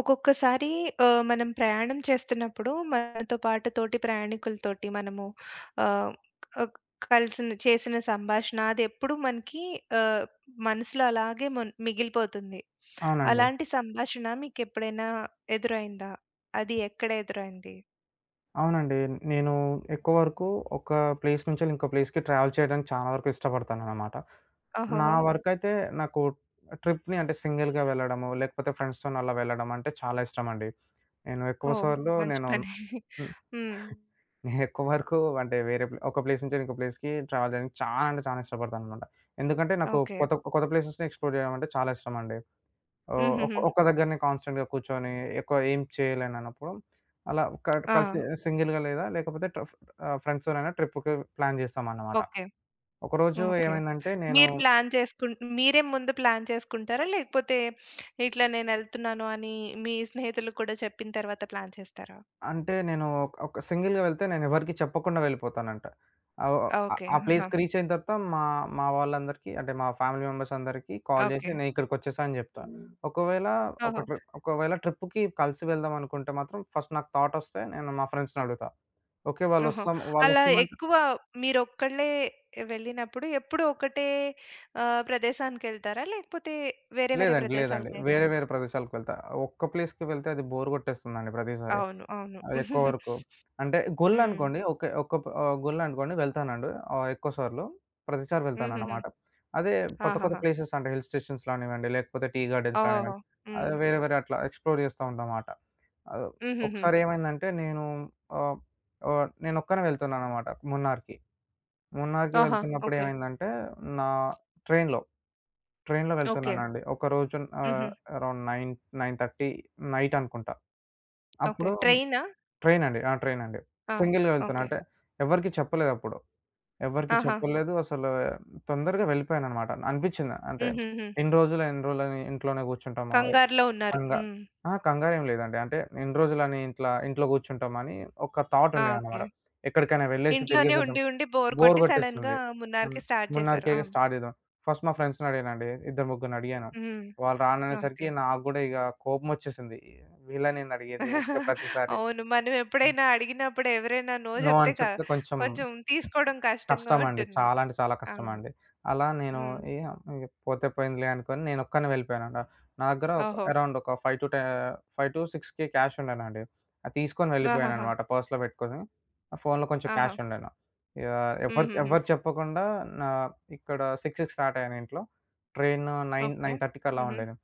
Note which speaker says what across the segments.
Speaker 1: ఒక్కొక్కసారి మనం ప్రయాణం చేస్తున్నప్పుడు మనతో పాటు తోటి ప్రయాణికులతోటి మనము ఆహ్, ఆహ్, కలిసిన చేసిన సంభాషణ అదెప్పుడు మనకి ఆహ్, మనసులో అలాగే మిగిలిపోతుంది.
Speaker 2: అవునండి.
Speaker 1: అలాంటి సంభాషణ మీకెప్పుడైనా ఎదురైందా? అది ఎక్కడ ఎదురైంది?
Speaker 2: అవునండి. నేను ఎక్కువ వరకు ఒక ప్లేస్ నుంచెళ్ళి ఇంకో ప్లేస్‌కి ట్రావెల్ చేయడానికి చాలా వరకు ఇష్టపడతాననమాట. నా
Speaker 1: ఓహోహో!
Speaker 2: ఓకే. వరకైతే నాకు ట్రిప్‌ని అంటే సింగిల్‌గా వెళ్ళడము, లేకపోతే ఫ్రెండ్స్‌తోని అలా వెళ్ళడం అంటే చాలా ఇష్టమండి. నేను ఎక్కువ
Speaker 1: ఓహ్!
Speaker 2: సార్లు
Speaker 1: మంచి
Speaker 2: నేను
Speaker 1: పని.
Speaker 2: హ్మ్.
Speaker 1: హ్మ్.
Speaker 2: ఎక్కువ వరకు అంటే వేరే ప్లే ఒక ప్లేస్ నుంచి ఇంకో ప్లేస్‌కి ట్రావెల్ చేయడానికి చాలా అంటే చాలా ఇష్టపడతాననమాట. ఎందుకంటే నాకు
Speaker 1: ఓకే.
Speaker 2: కొత్త కొత్త ప్లేసెస్‌ని ఎక్స్‌ప్లోర్ చేయడం అంటే చాలా ఇష్టమండి. ఓహ్!
Speaker 1: హుహుహు.
Speaker 2: ఒక్క దగ్గరనే కాన్స్టెంట్‌గా కూర్చొని ఎక్కువ ఏం చేయలేనన్నప్పుడు, అలా కట్
Speaker 1: ఆ!
Speaker 2: కలిసి సింగిల్‌గా లేదా లేకపోతే ఫ్రెండ్స్‌తోనైనా ట్రిప్‌కి ప్లాన్ చేస్తామన్నమాట.
Speaker 1: ఓకే.
Speaker 2: ఒకరోజు
Speaker 1: ఓకే.
Speaker 2: ఏమైందంటే
Speaker 1: మీరు ప్లాన్ చేసుకుం మీరే ముందు ప్లాన్ చేసుకుంటారా? లేకపోతే ఇట్లా నేనెళ్తున్నాను అని మీ స్నేహితులకు కూడా చెప్పిన తర్వాత ప్లాన్ చేస్తారా?
Speaker 2: నేను ఒక సింగిల్‌గా వెళ్తే నేనెవరికీ చెప్పకుండా వెళ్ళిపోతానంట. ఆహ్, ఆహ్,
Speaker 1: ఓకే.
Speaker 2: ఆ
Speaker 1: ఆహా!
Speaker 2: ప్లేస్‌కి రీచ్ అయిన తర్వాత మా మా వాళ్ళందరికీ అంటే మా ఫ్యామిలీ మెంబర్స్ అందరికీ కాల్ చేసి
Speaker 1: ఓకే.
Speaker 2: నేను ఇక్కడికొచ్చేసా అని చెప్తా. ఒకవేళ
Speaker 1: ఓహో!
Speaker 2: ఒకవేళ ట్రిప్‌కి కలిసి వెళ్దాం అనుకుంటే మాత్రం ఫస్ట్ నాకు థాట్ వస్తే నేను మా ఫ్రెండ్స్‌ని అడుగుతా. ఓకే.
Speaker 1: ఓహో!
Speaker 2: వాళ్ళొస్తాం
Speaker 1: అలా
Speaker 2: వాళ్ళొస్తామం
Speaker 1: ఎక్కువ మీరొక్కళ్ళే వెళ్ళినప్పుడు ఎప్పుడూ ఒకటే ప్రదేశానికెళ్తారా? లేకపోతే వేరే వేరే
Speaker 2: లేదండి. లేదండి.
Speaker 1: ప్రదేశాలకేనా?
Speaker 2: వేరే వేరే ప్రదేశాలకు వెళ్తా. ఒక్క ప్లేస్‌కి వెళ్తే అది బోర్ కొట్టేస్తుందండి ప్రతిసారి.
Speaker 1: అవును. అవును.
Speaker 2: ఎక్కువ వరకు. అంటే
Speaker 1: హ్మ్.
Speaker 2: గుళ్ళనుకోండి ఓకే. గుళ్ళనుకోండి వెళ్తానండి, ఎక్కువ సార్లు. ప్రతిసారి
Speaker 1: హుహుహు.
Speaker 2: వెళ్తానన్నమాట. అదే కొత్త కొత్త
Speaker 1: ఆహాహా!
Speaker 2: ప్లేసెస్ అంటే హిల్ స్టేషన్స్ లానివ్వండి, లేకపోతే టీ గార్డెన్స్
Speaker 1: ఓహోహో!
Speaker 2: లానివ్వండి,
Speaker 1: హ్మ్.
Speaker 2: వేరే వేరే అట్లా ఎక్స్‌ప్లోర్ చేస్తా ఉంటామాట. ఆహ్,
Speaker 1: హుహుహు.
Speaker 2: ఒకసారి ఏమైందంటే ఆహ్, నేనొక్కనే వెళ్తున్నానన్నమాట మున్నార్‌కి. మున్నార్‌కి
Speaker 1: ఆహా!
Speaker 2: వెళ్తున్నప్పుడు
Speaker 1: ఓకే.
Speaker 2: ఏమైందంటే నా ట్రైన్‌లో ట్రైన్‌లో
Speaker 1: ఓకే.
Speaker 2: వెళ్తున్నానండి. ఒకరోజు
Speaker 1: హుహు.
Speaker 2: ఆహ్, అరౌండ్ 9, 9:30 నైట్ అనుకుంటా.
Speaker 1: ఓకే.
Speaker 2: అప్పుడు
Speaker 1: ట్రైనా?
Speaker 2: ట్రైన్ అండి. ఆ! ట్రైన్ అండి.
Speaker 1: ఆ!
Speaker 2: సింగిల్‌గా వెళ్తున్నా.
Speaker 1: ఓకే.
Speaker 2: అంటే ఎవరికీ చెప్పలేదప్పుడు. ఎవరికీ
Speaker 1: ఆహా!
Speaker 2: చెప్పలేదు. అసలు తొందరగా వెళ్ళిపోయాననమాట. అనిపిచ్చింది. అంటే
Speaker 1: హుహుహు.
Speaker 2: ఎన్ని రోజులు, ఎన్ని రోజులని ఇంట్లోనే కూర్చుంటామా?
Speaker 1: కంగారులో ఉన్నారు.
Speaker 2: కంగా
Speaker 1: హ్మ్.
Speaker 2: అహా! కంగారేం లేదండి. అంటే ఎన్ని రోజులని ఇట్లా ఇంట్లో కూర్చుంటామని ఒక థాట్
Speaker 1: ఆ! ఓకే.
Speaker 2: ఉండేదన్నమాట. ఎక్కడికైనా వెళ్ళేసి
Speaker 1: ఇంట్లోనే
Speaker 2: తిరిగేసొద్దాం.
Speaker 1: ఉండి, ఉండి బోర్
Speaker 2: బోర్
Speaker 1: కొట్టి సడెన్‌గా
Speaker 2: కొట్టేస్తుంది. హ్మ్.
Speaker 1: మున్నార్‌కి స్టార్ట్ చేశారు.
Speaker 2: 3:30కే
Speaker 1: ఆ!
Speaker 2: స్టార్ట్ చేద్దాం. ఫస్ట్ మా ఫ్రెండ్స్‌ని అడిగానండి. ఇద్దరు ముగ్గురిని అడిగాను.
Speaker 1: హ్మ్.
Speaker 2: వాళ్ళు
Speaker 1: ఓకే.
Speaker 2: రాననేసరికి నాకు గూడా ఇక కోపమొచ్చేసింది. వీళ్ళనేంది అడిగేది ఊకే ప్రతిసారి.
Speaker 1: అవును. మనం ఎప్పుడైనా అడిగినప్పుడు ఎవరైనా నో
Speaker 2: నో
Speaker 1: చెప్తే
Speaker 2: అని చెప్తే కొంచెం
Speaker 1: కొంచెం తీసుకోవడం కష్టంగా
Speaker 2: కష్టమండి.
Speaker 1: ఉంటుంది.
Speaker 2: చాలా అంటే చాలా
Speaker 1: అవును.
Speaker 2: కష్టమండి. అలా నేను
Speaker 1: హ్మ్.
Speaker 2: ఇగ ఇగ పోతే పోయిందిలే అనుకోని నేనొక్కడినే వెళ్ళిపోయానండి. నా దగ్గర ఒక
Speaker 1: ఓహో!
Speaker 2: అరౌండ్ ఒక 5 టు 6 క్యాష్ ఉండేనండి. అది తీసుకొని
Speaker 1: ఆహాహా!
Speaker 2: వెళ్ళిపోయాననమాట పర్స్‌లో పెట్టుకొని. నా ఫోన్‌లో కొంచెం
Speaker 1: ఆహా!
Speaker 2: క్యాష్ ఉండెను. ఇగ ఎవరు
Speaker 1: హుహుహు.
Speaker 2: ఎవరు చెప్పకుండా నా ఇక్కడ 6కి స్టార్ట్ అయ్యాను ఇంట్లో. Train 9,
Speaker 1: okay.
Speaker 2: 9:30కి అలా
Speaker 1: హుహు.
Speaker 2: ఉండేది.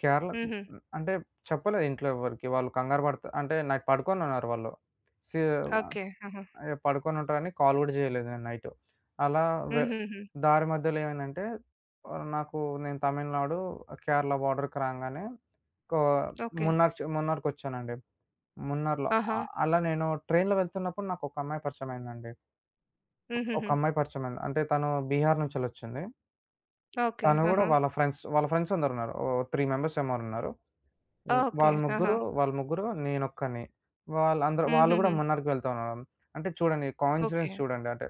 Speaker 2: కేరళ
Speaker 1: హుహు.
Speaker 2: అంటే చెప్పలేదు ఇంట్లో ఎవ్వరికీ. వాళ్ళు కంగారు పడత అంటే నైట్ పడుకొనున్నారు వాళ్ళు. సి
Speaker 1: ఓకే. ఆహా!
Speaker 2: ఏ పడుకొనుంటానని కాల్ గూడా జేయలేదు నేను నైట్. అలా వె హ్మ్.
Speaker 1: హుహుహు.
Speaker 2: దారి మధ్యలో ఏమైందంటే ఆహ్, నాకు నేను తమిళనాడు, కేరళ బోర్డర్‌కి రాంగానే కో హ్మ్.
Speaker 1: ఓకే.
Speaker 2: మున్నార్ చ్ మున్నార్‌కొచ్చానండి. మున్నార్‌లో
Speaker 1: ఆహా!
Speaker 2: అలా నేను ట్రైన్‌లో వెళ్తున్నప్పుడు నాకొక అమ్మాయి పరిచయమైందండి. ఒక
Speaker 1: హుహుహు.
Speaker 2: అమ్మాయి పరిచయమైంది. అంటే తను బీహార్ నుంచెళ్ళొచ్చింది.
Speaker 1: ఓకే.
Speaker 2: తను గూడా
Speaker 1: ఆహా!
Speaker 2: వాళ్ళ ఫ్రెండ్స్ అందరున్నారు. ఓ 3 మెంబర్స్ ఏమో ఉన్నారు. హ్మ్.
Speaker 1: ఓకే.
Speaker 2: వాళ్ళు
Speaker 1: ఆహా!
Speaker 2: ముగ్గురు, వాళ్ళు ముగ్గురు నేనొక్కడిని. వాళ్ళు గూడా
Speaker 1: హుహుహు.
Speaker 2: మున్నార్‌కి వెళ్తా ఉన్నారు. అంటే చూడండి
Speaker 1: ఓకే.
Speaker 2: కోయిన్సిడెన్స్ చూడండి. అంటే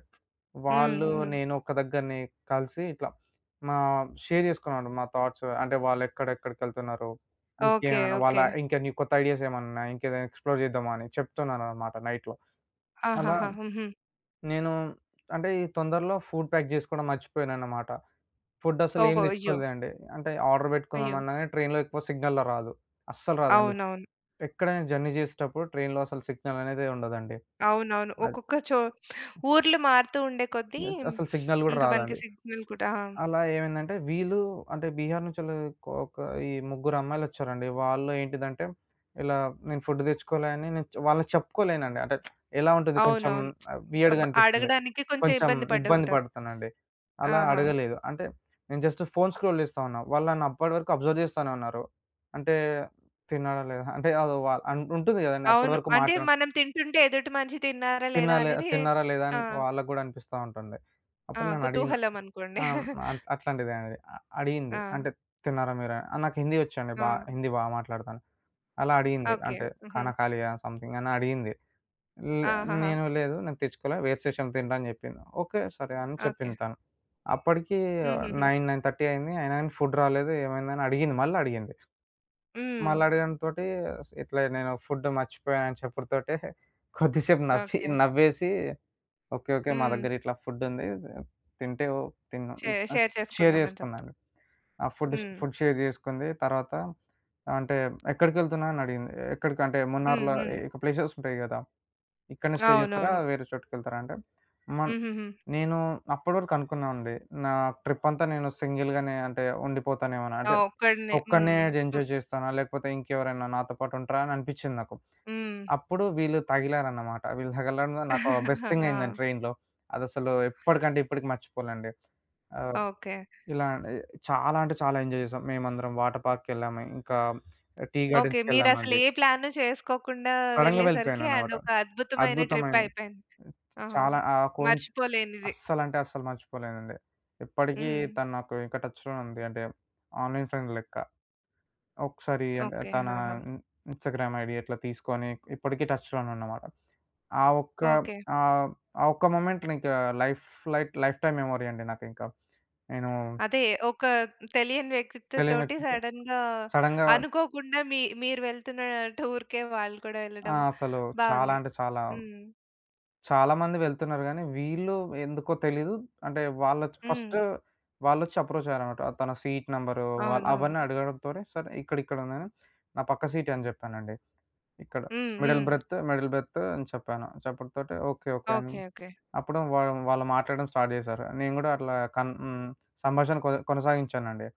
Speaker 1: హ్మ్.
Speaker 2: వాళ్ళు,
Speaker 1: హుహు.
Speaker 2: నేను ఒక దగ్గరనే కలిసి ఇట్లా మా షేర్ చేసుకున్నామండి మా థాట్స్. అంటే వాళ్ళెక్కడెక్కడికెళ్తున్నారు,
Speaker 1: ఓకే.
Speaker 2: ఇంకేమైనా వాళ్ళ
Speaker 1: ఓకే.
Speaker 2: ఇంకా న్యూ కొత్త ఐడియాస్ ఏమన్నున్నాయి, ఇంకేదైనా ఎక్స్‌ప్లోర్ చేద్దామా అని చెప్తున్నాననమాట నైట్‌లో. అలా
Speaker 1: ఆహాహా! హుహు.
Speaker 2: నేను అంటే ఈ తొందరలో ఫుడ్ ప్యాక్ చేసుకోవడం మర్చిపోయాననమాట. ఫుడ్ అసలేం
Speaker 1: ఓహో! అయ్యో!
Speaker 2: తెచ్చుకోలేదండి. అంటే ఆర్డర్
Speaker 1: అయ్యో!
Speaker 2: పెట్టుకుందామన్నా గాని ట్రైన్‌లో ఎక్కువ సిగ్నల్‌లో రాదు. అస్సలు రాదండి.
Speaker 1: అవునవును.
Speaker 2: ఎక్కడైనా జర్నీ చేసేటప్పుడు ట్రైన్‌లో అసలు సిగ్నల్ అనేది ఉండదండి.
Speaker 1: అవునవును.
Speaker 2: అద్
Speaker 1: ఒక్కొక్క చో ఊర్లు మారుతూ ఉండే కొద్దీ
Speaker 2: అసలు సిగ్నల్ గూడా
Speaker 1: ఇంకా మనకి
Speaker 2: రాదండి.
Speaker 1: సిగ్నల్ కూడా ఆ!
Speaker 2: అలా ఏమైందంటే వీళ్ళు అంటే బీహార్ నుంచెల్లి కొ ఒక ఈ ముగ్గురు అమ్మాయిలొచ్చారండి. వాళ్ళు ఏంటిదంటే ఇలా నేను ఫుడ్ తెచ్చుకోలే అని నేను వాళ్ళకి చెప్పుకోలేనండి. అంటే ఎలా ఉంటది కొంచెం
Speaker 1: అవునవును.
Speaker 2: వియర్డ్‌గా అనిపిస్తుంది.
Speaker 1: అడగడానికి కొంచెం
Speaker 2: కొంచెం
Speaker 1: ఇబ్బంది పడి
Speaker 2: ఇబ్బంది
Speaker 1: ఉంటారు.
Speaker 2: పడతానండి. అలా
Speaker 1: ఆహా!
Speaker 2: అడగలేదు. అంటే నేను జస్ట్ ఫోన్ స్క్రోల్ చేస్తా ఉన్నా. వాళ్ళు నన్ను అప్పటి వరకు అబ్జర్వ్ చేస్తానే ఉన్నారు. అంటే తిన్నాడా లేదా? అంటే అది వా అన్ ఉంటుంది గదండీ! అప్పటి
Speaker 1: అవును.
Speaker 2: వరకు
Speaker 1: అంటే
Speaker 2: మాట్లా
Speaker 1: మనం తింటుంటే ఎదుటి మనిషి తిన్నారా లేదా
Speaker 2: తినాలే
Speaker 1: అనేది
Speaker 2: తిన్నారా లేదా
Speaker 1: ఆ!
Speaker 2: అని వాళ్ళకి గూడా అనిపిస్తా ఉంటుంది.
Speaker 1: ఆ!
Speaker 2: అప్పుడు నన్నడిగిన
Speaker 1: కుతూహలం అనుకోండి.
Speaker 2: ఆ! అట్లాంటిదే అండి.
Speaker 1: ఆ!
Speaker 2: అడిగింది. అంటే తిన్నారా మీరు? నాకు హిందీ వచ్చండి
Speaker 1: ఆ!
Speaker 2: బా హిందీ బా మాట్లాడతాను. అలా అడిగింది.
Speaker 1: ఓకే.
Speaker 2: అంటే
Speaker 1: హుహు.
Speaker 2: ఖానా ఖా లియా సంథింగ్ అని అడిగింది. లే
Speaker 1: ఆహాహా!
Speaker 2: నేను లేదు నాకు తెచ్చుకోలే వేరే స్టేషన్‌లో తినరా అని జెప్పింది. ఓకే. సరే అని
Speaker 1: ఓకే.
Speaker 2: చెప్పింది తను. అప్పటికి
Speaker 1: హుహుహు.
Speaker 2: 9, 9:30 అయింది. అయినా గాని ఫుడ్ రాలేదు. ఏమైందని అడిగింది. మళ్ళా అడిగింది.
Speaker 1: హ్మ్.
Speaker 2: మళ్ళా అడగడంతోటి ఇట్లా నేను ఫుడ్ మర్చిపోయాను అని చెప్పుడుతోటే కొద్దిసేపు నవ్వి
Speaker 1: ఓకే.
Speaker 2: నవ్వేసి ఓకే. ఓకే. మా
Speaker 1: హ్మ్.
Speaker 2: దగ్గర ఇట్లా ఫుడ్డుంది. తింటే ఓ తిన్నాం. హ్మ్.
Speaker 1: షేర్
Speaker 2: షేర్
Speaker 1: చేసుకుందామని చెప్పారు.
Speaker 2: చేసుకున్నాండి. ఆ ఫుడ్ ష్
Speaker 1: హ్మ్.
Speaker 2: ఫుడ్ షేర్ చేసుకుంది. తర్వాత అంటే ఎక్కడికెళ్తున్నావు అని అడిగింది. ఎక్కడికి అంటే
Speaker 1: హ్మ్.
Speaker 2: మున్నార్‌లో
Speaker 1: హ్మ్.
Speaker 2: ఇక ప్లేసెస్ ఉంటాయి కదా! ఇక్కడనే స్టే చేస్తారా?
Speaker 1: అవునవును.
Speaker 2: వేరే చోటుకెళ్తారా? అంటే మన్
Speaker 1: హుహుహు.
Speaker 2: నేను అప్పటి వరకు అనుకున్నానండి. నా ట్రిప్ అంతా నేను సింగిల్‌గానే అంటే ఉండిపోతానేమోనా!
Speaker 1: ఆ!
Speaker 2: అంటే
Speaker 1: ఒక్కడినే. హ్మ్.
Speaker 2: ఒక్కడినే
Speaker 1: హ్మ్.
Speaker 2: ఎంజాయ్ చేస్తానా? లేకపోతే ఇంకెవరైనా నాతో పాటు ఉంటారా? అని అనిపించింది నాకు.
Speaker 1: హ్మ్.
Speaker 2: అప్పుడు వీళ్ళు తగిలారన్నమాట. వీళ్ళు తగలడంలో నాకు బెస్ట్ థింగ్ అయిందండి
Speaker 1: ఆ!
Speaker 2: ట్రైన్‌లో. అదసలు ఎప్పటికంటే ఇప్పటికి మర్చిపోలేండి. ఆహ్,
Speaker 1: ఓకే.
Speaker 2: ఇలా చాలా అంటే చాలా ఎంజాయ్ చేసాం. మేమందరం వాటర్ పార్క్‌కెళ్ళాము. ఇంకా టీ
Speaker 1: ఓకే. మీరసలు
Speaker 2: గార్డెన్స్‌కెళ్ళామండి.
Speaker 1: ఏ ప్లాను చేసుకోకుండా
Speaker 2: సడెన్‌గా
Speaker 1: వెళ్ళేసరికి
Speaker 2: వెళ్ళిపోయానన్నమాట.
Speaker 1: అదొక అద్భుతమైన ట్రిప్
Speaker 2: అద్భుతమైన
Speaker 1: అయిపోయింది. ఆహా!
Speaker 2: చాలా ఆ కోయిన్స్
Speaker 1: మర్చిపోలేనిది.
Speaker 2: అస్సలంటే అస్సలు మర్చిపోలేనండి. ఇప్పటికీ
Speaker 1: హ్మ్.
Speaker 2: తను నాకు ఇంకా టచ్‌లోనే ఉంది. అంటే ఆన్‌లైన్ ఫ్రెండ్ లెక్క. ఒకసారి అంటే
Speaker 1: ఓకే.
Speaker 2: తన
Speaker 1: ఆహా!
Speaker 2: ఇన్ ఇన్‌స్టాగ్రామ్ ఐడీ ఇట్లా తీసుకొని ఇప్పటికి టచ్‌లోనే ఉన్నామాట. ఆ ఒక్క
Speaker 1: ఓకే.
Speaker 2: ఆహ్, ఆ ఒక్క మొమెంట్ నీకు లైఫ్ లైఫ్ టైమ్ మెమరీ అండి నాకింకా. నేను
Speaker 1: అదే ఒక తెలియని
Speaker 2: తెలియని
Speaker 1: వ్యక్తితోటి
Speaker 2: వ్యక్తితో
Speaker 1: సడెన్‌గా
Speaker 2: సడెన్‌గా
Speaker 1: అనుకోకుండా మీరు వెళ్తున్న టూర్‌కే వాళ్ళు కూడా
Speaker 2: ఆ!
Speaker 1: వెళ్ళడం
Speaker 2: అసలు చాలా
Speaker 1: బావుంది.
Speaker 2: అంటే చాలా,
Speaker 1: హ్మ్.
Speaker 2: చాలా మంది వెళ్తున్నారు గానీ వీళ్ళు ఎందుకో తెలీదు. అంటే
Speaker 1: హ్మ్.
Speaker 2: వాళ్ళొచ్చి అప్రోచ్ అయ్యారన్నమాట. తన సీట్ నంబరు వాళ్
Speaker 1: అవునవును.
Speaker 2: అవన్నీ అడగడంతోనే సరే ఇక్కడిక్కడ ఉందని, నా పక్క సీటే అని జెప్పానండి. ఇక్కడ.
Speaker 1: హ్మ్.
Speaker 2: మిడిల్
Speaker 1: హ్మ్.
Speaker 2: బ్రెత్, మిడిల్ బ్రెత్ అని చెప్పాను. చెప్పడంతోటి ఓకే. ఓకే. అని
Speaker 1: ఓకే. ఓకే.
Speaker 2: అప్పుడు వా వాళ్ళు మాట్లాడడం స్టార్ట్ చేశారు. నేను గూడా అట్లా కన్ హ్మ్. సంభాషణ కొనసాగించానండి.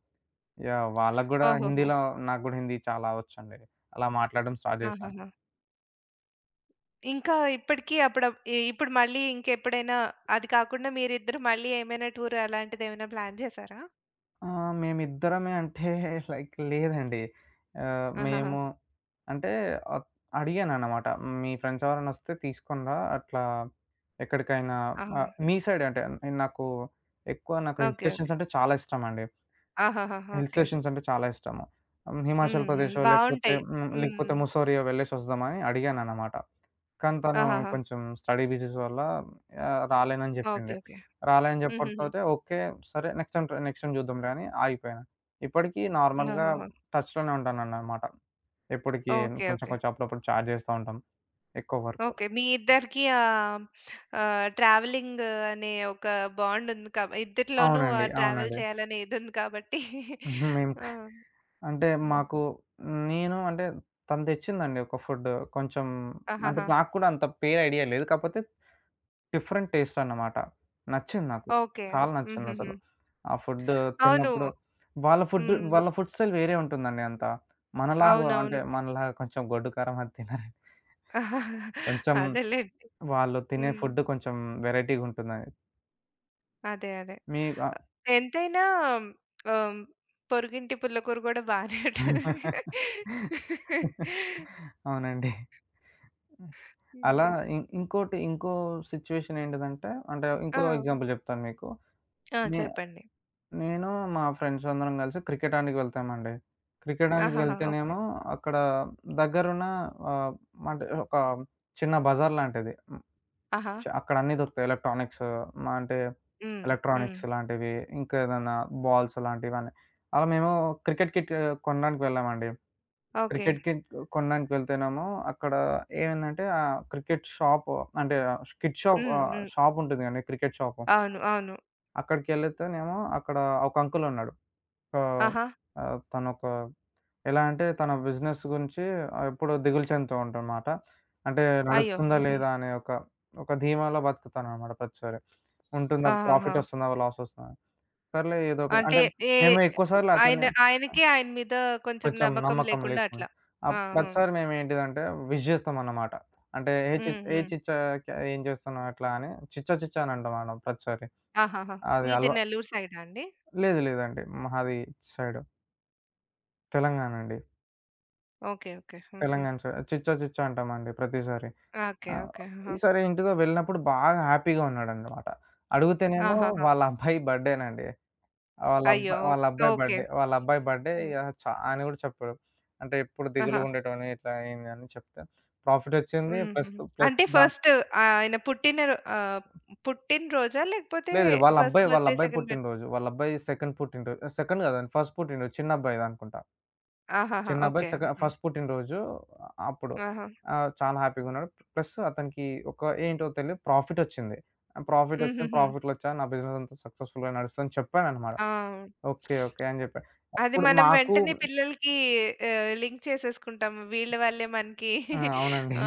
Speaker 2: యాహ్! వాళ్ళకి గూడా
Speaker 1: ఓహోహో!
Speaker 2: హిందీలో నాకు గూడా హిందీ చాలా వచ్చండి. అలా మాట్లాడడం స్టార్ట్ చేశాను.
Speaker 1: ఆహాహా! ఇంకా ఇప్పటికి అప్పుడ ఇ ఇప్పుడు మళ్ళీ ఇంకెప్పుడైనా అది కాకుండా మీరిద్దరు మళ్ళీ ఏమైనా టూర్ అలాంటిదేమైనా ప్లాన్ చేశారా?
Speaker 2: ఆ! మేమిద్దరమే అంటే లైక్ లేదండి. ఆహ్,
Speaker 1: ఆహాహా!
Speaker 2: మేము అంటే ఆహ్, అడిగానన్నమాట. మీ ఫ్రెండ్స్ ఎవరైనా వస్తే తీసుకొని రా అట్లా ఎక్కడికైనా,
Speaker 1: ఆహా!
Speaker 2: మీ సైడ్ అంటే నాకు నాకు హిల్
Speaker 1: ఓకే. ఓకే.
Speaker 2: స్టేషన్స్ అంటే చాలా ఇష్టమండి.
Speaker 1: ఆహాహా!
Speaker 2: Hill
Speaker 1: okay.
Speaker 2: స్టేషన్స్ అంటే చాలా ఇష్టము. హ్మ్. హిమాచల్
Speaker 1: హ్మ్. హ్మ్.
Speaker 2: ప్రదేశో లేకపోతే
Speaker 1: బావుంటాయి.
Speaker 2: హ్మ్. లేకపోతే
Speaker 1: హ్మ్.
Speaker 2: ముస్సోరియో వెళ్ళేసొద్దామని అడిగానన్నమాట. కానీ తను
Speaker 1: ఆహాహా!
Speaker 2: కొంచెం స్టడీ బిజీస్ వల్ల రాలేనని
Speaker 1: ఓకే.
Speaker 2: జెప్పింది.
Speaker 1: ఓకే.
Speaker 2: రాలేనని
Speaker 1: హుహుహు.
Speaker 2: జెప్పకపోతే ఓకే. సరే నెక్స్ట్ టైమ్ చూద్దాంలే అని ఆగిపోయాను. ఇప్పటికి నార్మల్‌గా
Speaker 1: ఆహాహా!
Speaker 2: టచ్‌లోనే ఉంటానన్నమాట. ఎప్పటికి
Speaker 1: ఓకే.
Speaker 2: కొంచెం
Speaker 1: ఓకే.
Speaker 2: కొంచెం అప్పుడప్పుడు చాట్ జేస్తా ఉంటాం. ఎక్కువ వరకు.
Speaker 1: ఓకే. మీ ఇద్దరికీ ఆహ్, ఆహ్, ట్రావెలింగ్ అనే ఒక బాండ్ ఉంది ఇద్దరిలోనూ ఆ
Speaker 2: అవునండి.
Speaker 1: ట్రావెల్
Speaker 2: అవునండి.
Speaker 1: చేయాలనే ఇదుంది కాబట్టి
Speaker 2: మేము
Speaker 1: ఆ!
Speaker 2: అంటే
Speaker 1: హ్మ్.
Speaker 2: మాకు నేను అంటే తను తెచ్చిందండి ఒక ఫుడ్. కొంచెం అంటే
Speaker 1: ఆహాహా!
Speaker 2: నాకు కూడా అంత పేరు ఐడియా లేదు. కాకపోతే డిఫరెంట్ టేస్ట్ అన్నమాట. నచ్చింది నాకు.
Speaker 1: ఓకే.
Speaker 2: చాలా
Speaker 1: హుహుహు.
Speaker 2: నచ్చిందసలు. ఆ ఫుడ్
Speaker 1: అవును.
Speaker 2: తిన్నప్పుడు వాళ్ళ ఫుడ్
Speaker 1: హ్మ్.
Speaker 2: వాళ్ళ ఫుడ్ స్టైల్ వేరే ఉంటుందండి అంతా. మనలాగా అంటే
Speaker 1: అవునవును.
Speaker 2: మనలాగా కొంచెం గొడ్డు కారం అది తినరు. కొంచెం
Speaker 1: అదేలెండి.
Speaker 2: వాళ్ళు తినే
Speaker 1: హ్మ్.
Speaker 2: ఫుడ్ కొంచెం వెరైటీ‌గుంటుందని.
Speaker 1: అదే. అదే.
Speaker 2: మీ
Speaker 1: అ- ఎంతైనా ఆహ్, పొరుగింటి పుల్లకూర గూడా బానే ఉంటది.
Speaker 2: ఆహ్ అవునండి. అలా
Speaker 1: హ్మ్.
Speaker 2: ఇంకోటి ఇంకో సిట్యుయేషన్ ఏంటిదంటే, అంటే
Speaker 1: ఆ!
Speaker 2: ఇంకో ఎగ్జాంపుల్ చెప్తాను మీకు.
Speaker 1: ఆ!
Speaker 2: నే
Speaker 1: చెప్పండి.
Speaker 2: నేను మా ఫ్రెండ్స్ అందరం కలిసి క్రికెట్ ఆడనీకి వెళ్తామండి. క్రికెట్ ఆడనీకి
Speaker 1: ఆహాహా! ఓకే.
Speaker 2: వెళ్తేనేమో అక్కడ దగ్గరున్న ఆహ్, అంటే ఒక చిన్న బజార్ లాంటిది. హ్మ్.
Speaker 1: ఆహా!
Speaker 2: అక్కడ అన్నీ దొరుకుతాయి. ఎలక్ట్రానిక్స్ మా అంటే
Speaker 1: హ్మ్. హ్మ్.
Speaker 2: ఎలక్ట్రానిక్స్ లాంటివి, ఇంకా ఏదైనా బాల్స్ లాంటివన్నీ. అలా మేము క్రికెట్ కిట్ కొనడానికి వెళ్ళామండి.
Speaker 1: ఓకే.
Speaker 2: క్రికెట్‌కి కొనడానికి వెళ్తేనేమో అక్కడ ఏమైందంటే ఆహ్, క్రికెట్ షాప్ అంటే కిడ్ షాప్
Speaker 1: హ్మ్.
Speaker 2: ఆహ్,
Speaker 1: హ్మ్.
Speaker 2: షాప్ ఉంటుంది కదండీ! Cricket shop.
Speaker 1: అవును. అవును.
Speaker 2: అక్కడికెళ్ళితేనేమో అక్కడ ఒక అంకుల్ ఉన్నాడు. ఆహ్,
Speaker 1: ఆహా!
Speaker 2: ఆహ్, తనొక ఎలా అంటే తన బిజినెస్ గురించి ఎప్పుడూ దిగులు చెందుతూ ఉంటాడనమాట. అంటే
Speaker 1: అయ్యో!
Speaker 2: నడుస్తుందా
Speaker 1: హుహు.
Speaker 2: లేదా అనే ఒక, ఒక ధీమాలో బతుకుతాననమాట ప్రతిసారి. ఉంటుందా
Speaker 1: ఆహాహా!
Speaker 2: ప్రాఫిట్ వస్తుందా? లాస్ వస్తుందా? సర్లే ఏదో ఒక
Speaker 1: అంటే
Speaker 2: అంటే
Speaker 1: ఏ
Speaker 2: మేము ఎక్కువ సార్లు
Speaker 1: ఆయన
Speaker 2: అతన్ని
Speaker 1: ఆయనకి ఆయన మీద కొంచెం
Speaker 2: కొంచెం
Speaker 1: నమ్మకం
Speaker 2: నమ్మకం
Speaker 1: లేకుండా
Speaker 2: లేకుండా.
Speaker 1: అట్లా. ఆహా!
Speaker 2: ప్రతిసారి మేమేంటిదంటే విష్ జేస్తామన్నమాట. అంటే ఏ చి
Speaker 1: హ్మ్.
Speaker 2: ఏ
Speaker 1: హ్మ్.
Speaker 2: చిచ్చా క్యా ఏం చేస్తున్నావు అట్లా అని చిచ్చా చిచ్చా అని అంటాం మనం ప్రతిసారి.
Speaker 1: ఆహాహా!
Speaker 2: అది
Speaker 1: మీది
Speaker 2: అలవా
Speaker 1: నెల్లూరు సైడా అండి?
Speaker 2: లేదు లేదండి. మాది ఇటు సైడు తెలంగాణ అండి.
Speaker 1: ఓకే. ఓకే. హుహు.
Speaker 2: తెలంగాణ సైడ్ చిచ్చా చిచ్చా అంటామండి ప్రతిసారి.
Speaker 1: ఓకే.
Speaker 2: ఆహ్,
Speaker 1: ఓకే. ఆహా!
Speaker 2: ఈసారి ఇంటితో వెళ్ళినప్పుడు బాగా హ్యాపీగా ఉన్నాడన్నమాట. అడుగుతేనేమో
Speaker 1: ఆహాహా!
Speaker 2: వాళ్ళ అబ్బాయి బర్త్‌డేనండి.
Speaker 1: అయ్యో!
Speaker 2: వాళ్ళ
Speaker 1: ఓకే.
Speaker 2: అబ్బాయి
Speaker 1: ఓకే.
Speaker 2: బర్త్‌డే. వాళ్ళ అబ్బాయి బర్త్‌డే
Speaker 1: హ్మ్.
Speaker 2: ఇగ అని గూడా చెప్పాడు. అంటే ఎప్పుడు
Speaker 1: ఆహా!
Speaker 2: దిగులుగా ఉండేటోడిని ఇట్లా అయింది అని చెప్తే, ప్రాఫిట్ వచ్చింది.
Speaker 1: హుహు.
Speaker 2: ప్లస్, ప్లస్
Speaker 1: అంటే
Speaker 2: దా
Speaker 1: ఫస్ట్ ఆయన పుట్టినరోజా? లేకపోతే
Speaker 2: లేదు. లేదు.
Speaker 1: ఫస్ట్
Speaker 2: వాళ్ళ
Speaker 1: బర్త్‌డే,
Speaker 2: అబ్బాయి
Speaker 1: సెకండ్ బర్త్
Speaker 2: పుట్టినరోజు. వాళ్ళ అబ్బాయి సెకండ్ పుట్టినరోజు. సెకండ్ కాదండి. ఫస్ట్ పుట్టినరోజు. చిన్న అబ్బాయిది అనుకుంటా.
Speaker 1: ఆహాహా!
Speaker 2: చిన్న అబ్బాయి
Speaker 1: ఓకే.
Speaker 2: సెక
Speaker 1: హుహు.
Speaker 2: ఫస్ట్ పుట్టినరోజు ఆ, అప్పుడు.
Speaker 1: ఆహా!
Speaker 2: చాలా హ్యాపీగా ఉన్నాడు. ప్లస్ అతనికి ఒక ఏంటో తెలీదు ప్రాఫిట్ వచ్చింది. ప్రాఫిట్ వచ్చింది.
Speaker 1: హుహుహు.
Speaker 2: ప్రాఫిట్‌లో వచ్చా నా బిజినెస్ అంతా సక్సెస్‌ఫుల్‌గా నడుస్తుందని చెప్పానన్నమాట.
Speaker 1: ఆ!
Speaker 2: ఓకే. ఓకే. అని చెప్పా.
Speaker 1: అది
Speaker 2: అప్పుడు
Speaker 1: మనం
Speaker 2: మాకు
Speaker 1: వెంటనే పిల్లలకి లింక్ చేసేసుకుంటాము. వీళ్ళ వల్లే మనకి
Speaker 2: ఆ! అవునండి.
Speaker 1: ఆ!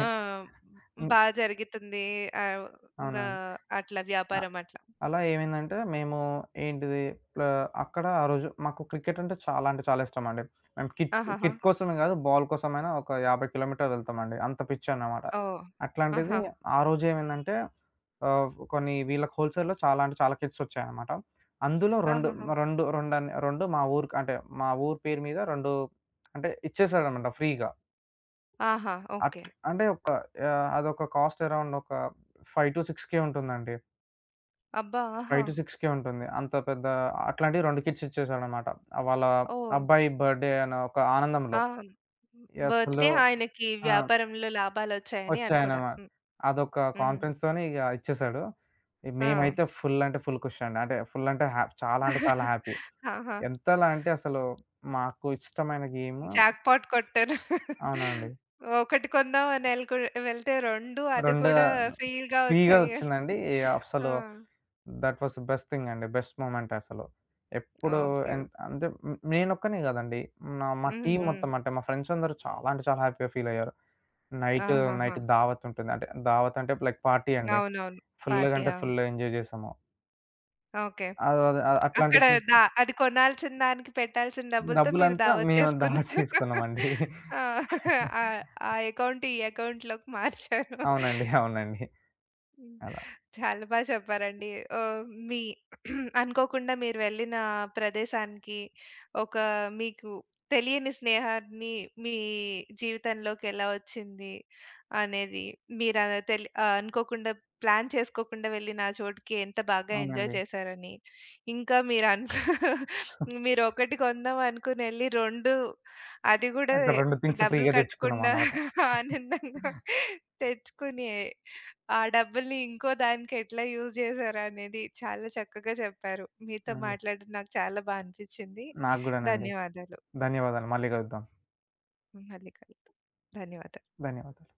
Speaker 1: బా జరుగుతుంది. ఆహ్, న
Speaker 2: అవునవును.
Speaker 1: అట్లా
Speaker 2: అ
Speaker 1: వ్యాపారం అట్లా.
Speaker 2: అలా ఏమైందంటే మేము ఏంటిది ప్ల అక్కడ ఆ రోజు మాకు క్రికెట్ అంటే చాలా అంటే చాలా ఇష్టమండి. మేము కిట్
Speaker 1: ఆహాహా!
Speaker 2: కిట్ కోసమే కాదు బాల్ కోసమైనా ఒక 50 కిలోమీటర్లు వెళ్తామండి. అంత పిచ్చనమాట.
Speaker 1: ఓహ్! ఆహా!
Speaker 2: అట్లాంటిది ఆ రోజు ఏమైందంటే కొన్ని వీళ్ళకి హోల్‌సేల్‌లో చాలా అంటే చాలా కిట్స్ వచ్చాయన్నమాట. అందులో 2
Speaker 1: ఆహాహా!
Speaker 2: రెండు రెండన్ 2 మా ఊరికి అంటే మా ఊరు పేరు మీద 2 అంటే ఇచ్చేసాడన్నమాట ఫ్రీగా.
Speaker 1: ఆహా! ఓకే.
Speaker 2: అట్ అంటే ఒక ఆహ్, అదొక కాస్ట్ అరౌండ్ ఒక 5-6 ఉంటుంది అండి.
Speaker 1: అబ్బా! ఆహా!
Speaker 2: 5-6 ఉంటుంది. అంత పెద్ద అట్లాంటివి 2 కిట్స్ ఇచ్చేసాడనమాట. వాళ్ళ
Speaker 1: ఓహ్!
Speaker 2: అబ్బాయి బర్త్‌డే అనే ఒక ఆనందంలో.
Speaker 1: ఆ!
Speaker 2: అసలు
Speaker 1: బర్త్‌డే ఆయనకి
Speaker 2: ఆ!
Speaker 1: వ్యాపారంలో లాభాలొచ్చాయని అది కూడా.
Speaker 2: వచ్చాయనమా
Speaker 1: హ్మ్.
Speaker 2: అదొక
Speaker 1: హుహు.
Speaker 2: కాన్ఫిడెన్స్‌తోని ఇగ ఇచ్చేసాడు.
Speaker 1: ఆ!
Speaker 2: మేమైతే ఫుల్ అంటే ఫుల్ ఖుషి అండి. అంటే ఫుల్ అంటే చాలా అంటే చాలా హ్యాపీ.
Speaker 1: ఆహా!
Speaker 2: ఎంతలా అంటే అసలు మాకు ఇష్టమైన గేమ్
Speaker 1: జాక్‌పాట్ కొట్టారు.
Speaker 2: అవునండి.
Speaker 1: ఒకటి కొందాం అని వెళ్తే 2 అది
Speaker 2: 2
Speaker 1: కూడా ఫ్రీగా
Speaker 2: ఫ్రీ‌గా
Speaker 1: వచ్చాయి.
Speaker 2: వచ్చిందండి.
Speaker 1: ఆ!
Speaker 2: అసలు దట్ వాస్ బెస్ట్ థింగ్ అండి. బెస్ట్ మూమెంట్ అసలు.
Speaker 1: ఓకే.
Speaker 2: ఎప్పుడు హ్మ్.
Speaker 1: ఓకే.
Speaker 2: ఎన్ అంటే హ్మ్, నేనొక్కడినే గాదండి. మా
Speaker 1: హ్మ్.
Speaker 2: టీమ్
Speaker 1: హ్మ్.
Speaker 2: మొత్తం అంటే మా ఫ్రెండ్స్ అందరూ చాలా అంటే చాలా హ్యాపీగా ఫీల్ అయ్యారు. నైట్,
Speaker 1: ఆహాహా!
Speaker 2: నైట్ దావత్ ఉంటుంది. అంటే దావత్ అంటే లైక్ పార్టీ అండి.
Speaker 1: అవునవును.
Speaker 2: ఫుల్‌గా
Speaker 1: పార్టీ.
Speaker 2: అంటే
Speaker 1: ఆ!
Speaker 2: ఫుల్ ఎంజాయ్ చేసాము.
Speaker 1: ఓకే.
Speaker 2: అది అది అది- అట్లాంటి
Speaker 1: అక్కడ
Speaker 2: థింగ్స్
Speaker 1: అది కొనాల్సిన దానికి పెట్టాల్సిన డబ్బులతో మీరు
Speaker 2: డబ్బులంతా
Speaker 1: దావత్
Speaker 2: మేము దావత్
Speaker 1: చేసుకున్నారు.
Speaker 2: చేసుకున్నామండి.
Speaker 1: ఆ! ఆ ఆ అకౌంట్ ఈ అకౌంట్‌లోకి మార్చారు.
Speaker 2: అవునండి. అవునండి.
Speaker 1: హ్మ్.
Speaker 2: అలా.
Speaker 1: చాలా బా చెప్పారండి. ఆహ్, మీ అనుకోకుండా మీరు వెళ్ళిన ప్రదేశానికి ఒక మీకు తెలియని స్నేహాన్ని మీ జీవితంలోకి ఎలా వచ్చింది అనేది మీరు అలా అనుకోకుండా ప్లాన్ చేసుకోకుండా వెళ్ళిన ఆ చోటుకి ఎంత బాగా ఎంజాయ్
Speaker 2: అవునండి.
Speaker 1: చేశారని, ఇంకా మీరు అనుకో మీరు ఒకటి కొందాం అనుకుని ఎళ్లి 2 అది గూడా
Speaker 2: అక్కడ 2 థింగ్స్
Speaker 1: డబ్బులు
Speaker 2: ఫ్రీ‌గా
Speaker 1: కట్టకుండా
Speaker 2: తెచ్చుకున్నామనమాట.
Speaker 1: ఆనందంగా తెచ్చుకుని ఆ డబ్బుల్ని ఇంకో దానికి ఎట్లా యూజ్ చేశారనేది చాలా చక్కగా చెప్పారు. మీతో
Speaker 2: అవునండి.
Speaker 1: మాట్లాడడం నాకు చాలా బా అనిపిచ్చింది.
Speaker 2: నాకు గూడానండి.
Speaker 1: ధన్యవాదాలు.
Speaker 2: ధన్యవాదాలు. మళ్ళీ కలుద్దాం.
Speaker 1: మళ్ళీ కలుద్దాం. ధన్యవాదాలు.
Speaker 2: ధన్యవాదాలు.